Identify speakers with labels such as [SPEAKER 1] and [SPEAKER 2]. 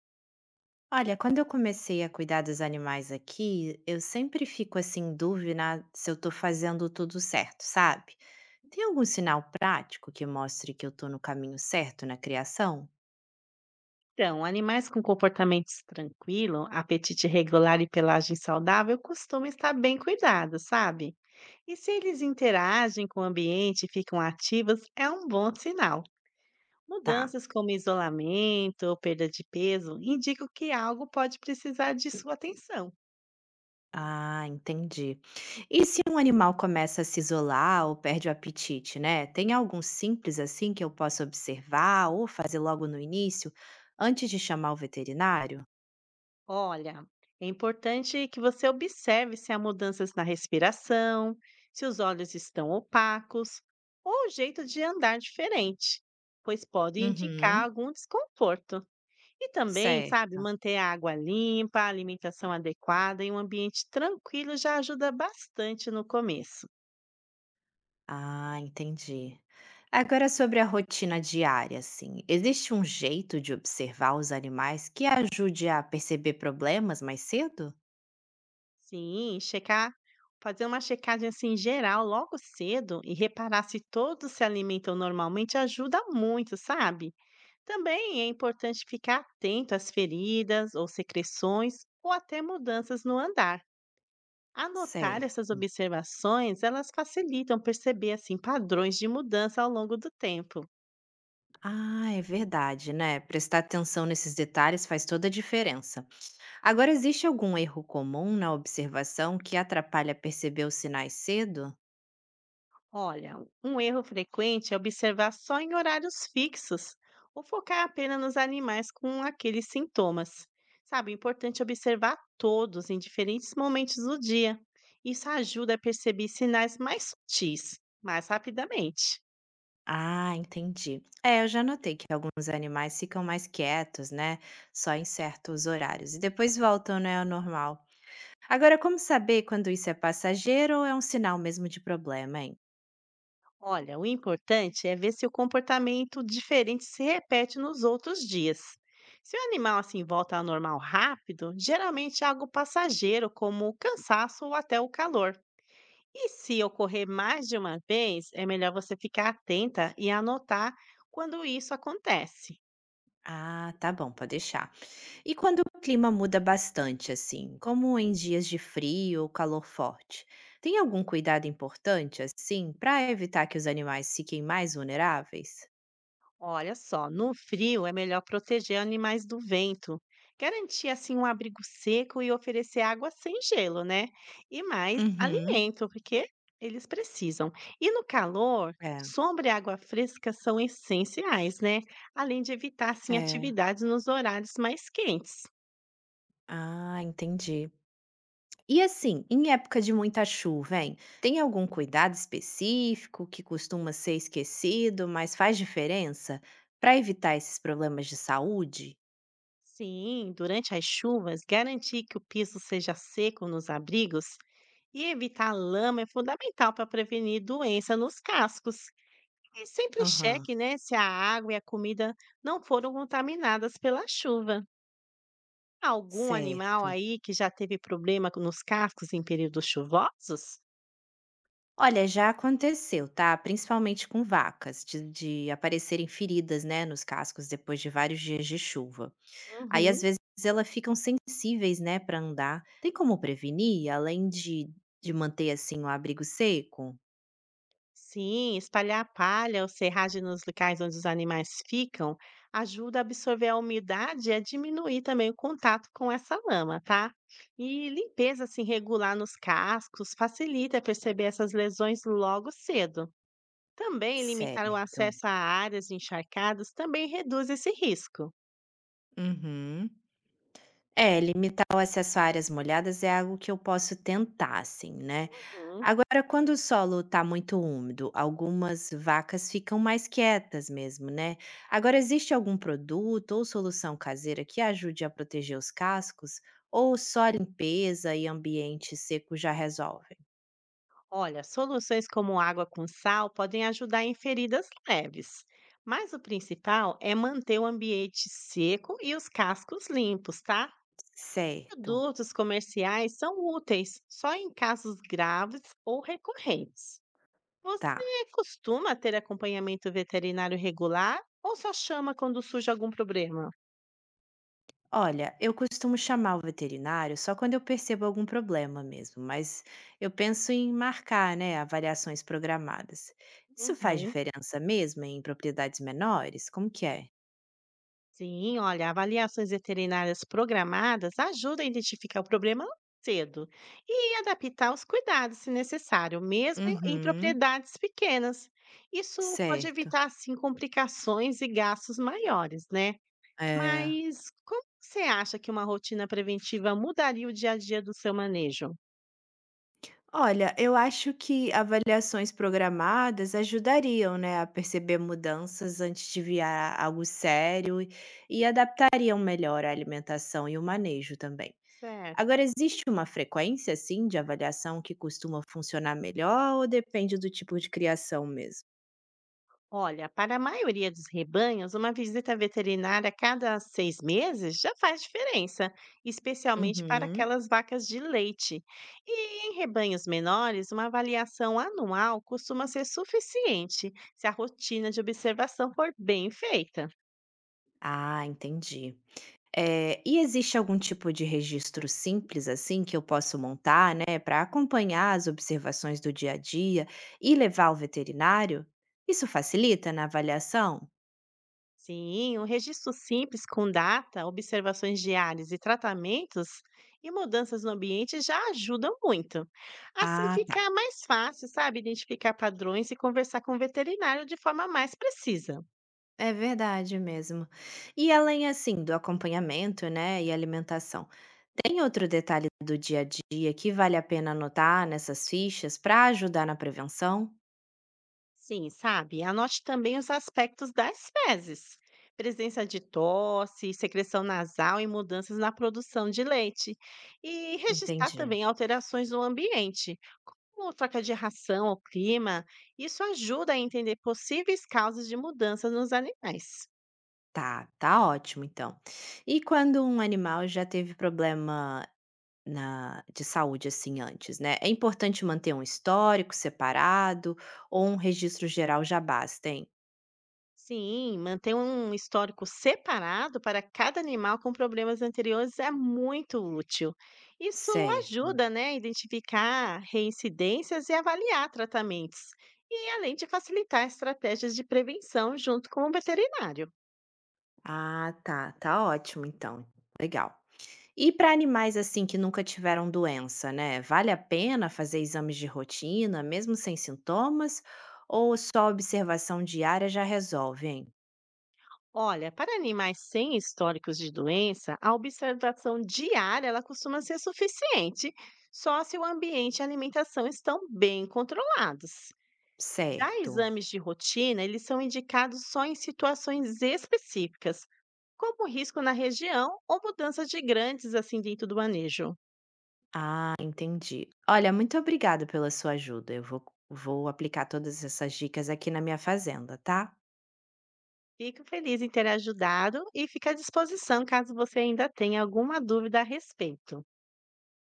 [SPEAKER 1] Olha, quando eu comecei a cuidar dos animais aqui, eu sempre fico assim em dúvida se eu tô fazendo tudo certo, sabe? Tem algum sinal prático que mostre que eu tô no caminho certo na criação?
[SPEAKER 2] Então, animais com comportamentos tranquilo, apetite regular e pelagem saudável costumam estar bem cuidados, sabe? E se eles interagem com o ambiente e ficam ativos, é um bom sinal.
[SPEAKER 1] Tá.
[SPEAKER 2] Mudanças como isolamento ou perda de peso indicam que algo pode precisar de sua atenção.
[SPEAKER 1] Ah, entendi. E se um animal começa a se isolar ou perde o apetite, né? Tem algum simples assim que eu possa observar ou fazer logo no início, antes de chamar o veterinário?
[SPEAKER 2] Olha, é importante que você observe se há mudanças na respiração, se os olhos estão opacos ou o jeito de andar diferente, pois pode indicar
[SPEAKER 1] Uhum.
[SPEAKER 2] algum desconforto. E também, sabe,
[SPEAKER 1] Certo.
[SPEAKER 2] manter a água limpa, a alimentação adequada e um ambiente tranquilo já ajuda bastante no começo.
[SPEAKER 1] Ah, entendi. Agora sobre a rotina diária, assim, existe um jeito de observar os animais que ajude a perceber problemas mais cedo?
[SPEAKER 2] Sim, checar, fazer uma checagem assim geral logo cedo e reparar se todos se alimentam normalmente ajuda muito, sabe? Também é importante ficar atento às feridas ou secreções ou até mudanças no andar. Anotar essas
[SPEAKER 1] Certo.
[SPEAKER 2] observações, elas facilitam perceber assim padrões de mudança ao longo do tempo.
[SPEAKER 1] Ah, é verdade, né? Prestar atenção nesses detalhes faz toda a diferença. Agora, existe algum erro comum na observação que atrapalha perceber os sinais cedo?
[SPEAKER 2] Olha, um erro frequente é observar só em horários fixos ou focar apenas nos animais com aqueles sintomas. Sabe, é importante observar todos em diferentes momentos do dia. Isso ajuda a perceber sinais mais sutis, mais rapidamente.
[SPEAKER 1] Ah, entendi. É, eu já notei que alguns animais ficam mais quietos, né? Só em certos horários. E depois voltam, né, ao normal. Agora, como saber quando isso é passageiro ou é um sinal mesmo de problema, hein?
[SPEAKER 2] Olha, o importante é ver se o comportamento diferente se repete nos outros dias. Se o animal assim volta ao normal rápido, geralmente é algo passageiro, como o cansaço ou até o calor. E se ocorrer mais de uma vez, é melhor você ficar atenta e anotar quando isso acontece.
[SPEAKER 1] Ah, tá bom, pode deixar. E quando o clima muda bastante, assim, como em dias de frio ou calor forte, tem algum cuidado importante, assim, para evitar que os animais fiquem mais vulneráveis?
[SPEAKER 2] Olha só, no frio é melhor proteger animais do vento, garantir assim um abrigo seco e oferecer água sem gelo, né? E mais
[SPEAKER 1] Uhum.
[SPEAKER 2] alimento, porque eles precisam. E no calor,
[SPEAKER 1] É,
[SPEAKER 2] sombra e água fresca são essenciais, né? Além de evitar assim
[SPEAKER 1] é.
[SPEAKER 2] atividades nos horários mais quentes.
[SPEAKER 1] Ah, entendi. E assim, em época de muita chuva, hein? Tem algum cuidado específico que costuma ser esquecido, mas faz diferença para evitar esses problemas de saúde?
[SPEAKER 2] Sim, durante as chuvas, garantir que o piso seja seco nos abrigos e evitar lama é fundamental para prevenir doença nos cascos. E sempre
[SPEAKER 1] Aham,
[SPEAKER 2] cheque, né, se a água e a comida não foram contaminadas pela chuva. Algum animal
[SPEAKER 1] certo.
[SPEAKER 2] aí que já teve nos cascos em períodos chuvosos?
[SPEAKER 1] Olha, já aconteceu, tá? Principalmente com vacas, de aparecerem feridas, né, nos cascos depois de vários dias de chuva. Aí, às
[SPEAKER 2] Uhum.
[SPEAKER 1] vezes, elas ficam sensíveis, né, para andar. Tem como prevenir, além de manter, assim, o abrigo seco?
[SPEAKER 2] Sim, espalhar palha ou serragem nos locais onde os animais ficam ajuda a absorver a umidade e a diminuir também o contato com essa lama, tá? E limpeza assim regular nos cascos facilita perceber essas lesões logo cedo. Também limitar o
[SPEAKER 1] Certo.
[SPEAKER 2] acesso a áreas encharcadas também reduz esse risco.
[SPEAKER 1] Uhum. É, limitar o acesso a áreas molhadas é algo que eu posso tentar, assim, né.
[SPEAKER 2] Uhum.
[SPEAKER 1] Agora, quando o solo tá muito úmido, algumas vacas ficam mais quietas mesmo, né. Agora, existe algum produto ou solução caseira que ajude a proteger os cascos, ou só a limpeza e ambiente seco já resolvem?
[SPEAKER 2] Olha, soluções como água com sal podem ajudar em feridas leves, mas o principal é manter o ambiente seco e os cascos limpos, tá?
[SPEAKER 1] Certo,
[SPEAKER 2] Produtos comerciais são úteis só em casos graves ou recorrentes.
[SPEAKER 1] tá.
[SPEAKER 2] Você costuma ter acompanhamento veterinário regular ou só chama quando surge algum problema?
[SPEAKER 1] Olha, eu costumo chamar o veterinário só quando eu percebo algum problema mesmo, mas eu penso em marcar, né, avaliações programadas. Isso faz
[SPEAKER 2] Uhum.
[SPEAKER 1] diferença mesmo em propriedades menores? Como que é?
[SPEAKER 2] Sim, olha, avaliações veterinárias programadas ajudam a identificar o problema cedo e adaptar os cuidados, se necessário, mesmo em
[SPEAKER 1] Uhum.
[SPEAKER 2] propriedades pequenas. Isso pode
[SPEAKER 1] Certo.
[SPEAKER 2] evitar, assim, complicações e gastos maiores, né?
[SPEAKER 1] É.
[SPEAKER 2] Mas como você acha que uma rotina preventiva mudaria o dia a dia do seu manejo?
[SPEAKER 1] Olha, eu acho que avaliações programadas ajudariam, né, a perceber mudanças antes de virar algo sério e adaptariam melhor a alimentação e o manejo também.
[SPEAKER 2] Certo.
[SPEAKER 1] Agora, existe uma frequência, assim, de avaliação que costuma funcionar melhor ou depende do tipo de criação mesmo?
[SPEAKER 2] Olha, para a maioria dos rebanhos, uma visita veterinária a cada 6 meses já faz diferença, especialmente para
[SPEAKER 1] Uhum.
[SPEAKER 2] aquelas vacas de leite. E em rebanhos menores, uma avaliação anual costuma ser suficiente se a rotina de observação for bem feita.
[SPEAKER 1] Ah, entendi. E existe algum tipo de registro simples, assim, que eu posso montar, né, para acompanhar as observações do dia a dia e levar ao veterinário? Isso facilita na avaliação?
[SPEAKER 2] Sim, um registro simples com data, observações diárias e tratamentos e mudanças no ambiente já ajudam muito. Assim
[SPEAKER 1] Ah,
[SPEAKER 2] fica
[SPEAKER 1] tá.
[SPEAKER 2] mais fácil, sabe, identificar padrões e conversar com o veterinário de forma mais precisa.
[SPEAKER 1] É verdade mesmo. E além, assim, do acompanhamento, né, e alimentação, tem outro detalhe do dia a dia que vale a pena anotar nessas fichas para ajudar na prevenção?
[SPEAKER 2] Sim, sabe? Anote também os aspectos das fezes. Presença de tosse, secreção nasal e mudanças na produção de leite. E registrar
[SPEAKER 1] Entendi.
[SPEAKER 2] também alterações no ambiente, como troca de ração ou clima. Isso ajuda a entender possíveis causas de mudanças nos animais.
[SPEAKER 1] Tá, tá ótimo então. E quando um animal já teve problema na, de saúde assim antes, né? É importante manter um histórico separado ou um registro geral já basta, hein?
[SPEAKER 2] Sim, manter um histórico separado para cada animal com problemas anteriores é muito útil. Isso
[SPEAKER 1] Certo.
[SPEAKER 2] ajuda, né, a identificar reincidências e avaliar tratamentos, e além de facilitar estratégias de prevenção junto com o veterinário.
[SPEAKER 1] Ah, tá, tá ótimo então. Legal. E para animais, assim, que nunca tiveram doença, né, vale a pena fazer exames de rotina, mesmo sem sintomas, ou só observação diária já resolve, hein?
[SPEAKER 2] Olha, para animais sem históricos de doença, a observação diária ela costuma ser suficiente, só se o ambiente e a alimentação estão bem controlados. Já
[SPEAKER 1] Certo.
[SPEAKER 2] exames de rotina, eles são indicados só em situações específicas, como risco na região ou mudanças de grandes assim dentro do manejo.
[SPEAKER 1] Ah, entendi. Olha, muito obrigada pela sua ajuda. Eu vou, vou aplicar todas essas dicas aqui na minha fazenda, tá?
[SPEAKER 2] Fico feliz em ter ajudado e fico à disposição caso você ainda tenha alguma dúvida a respeito.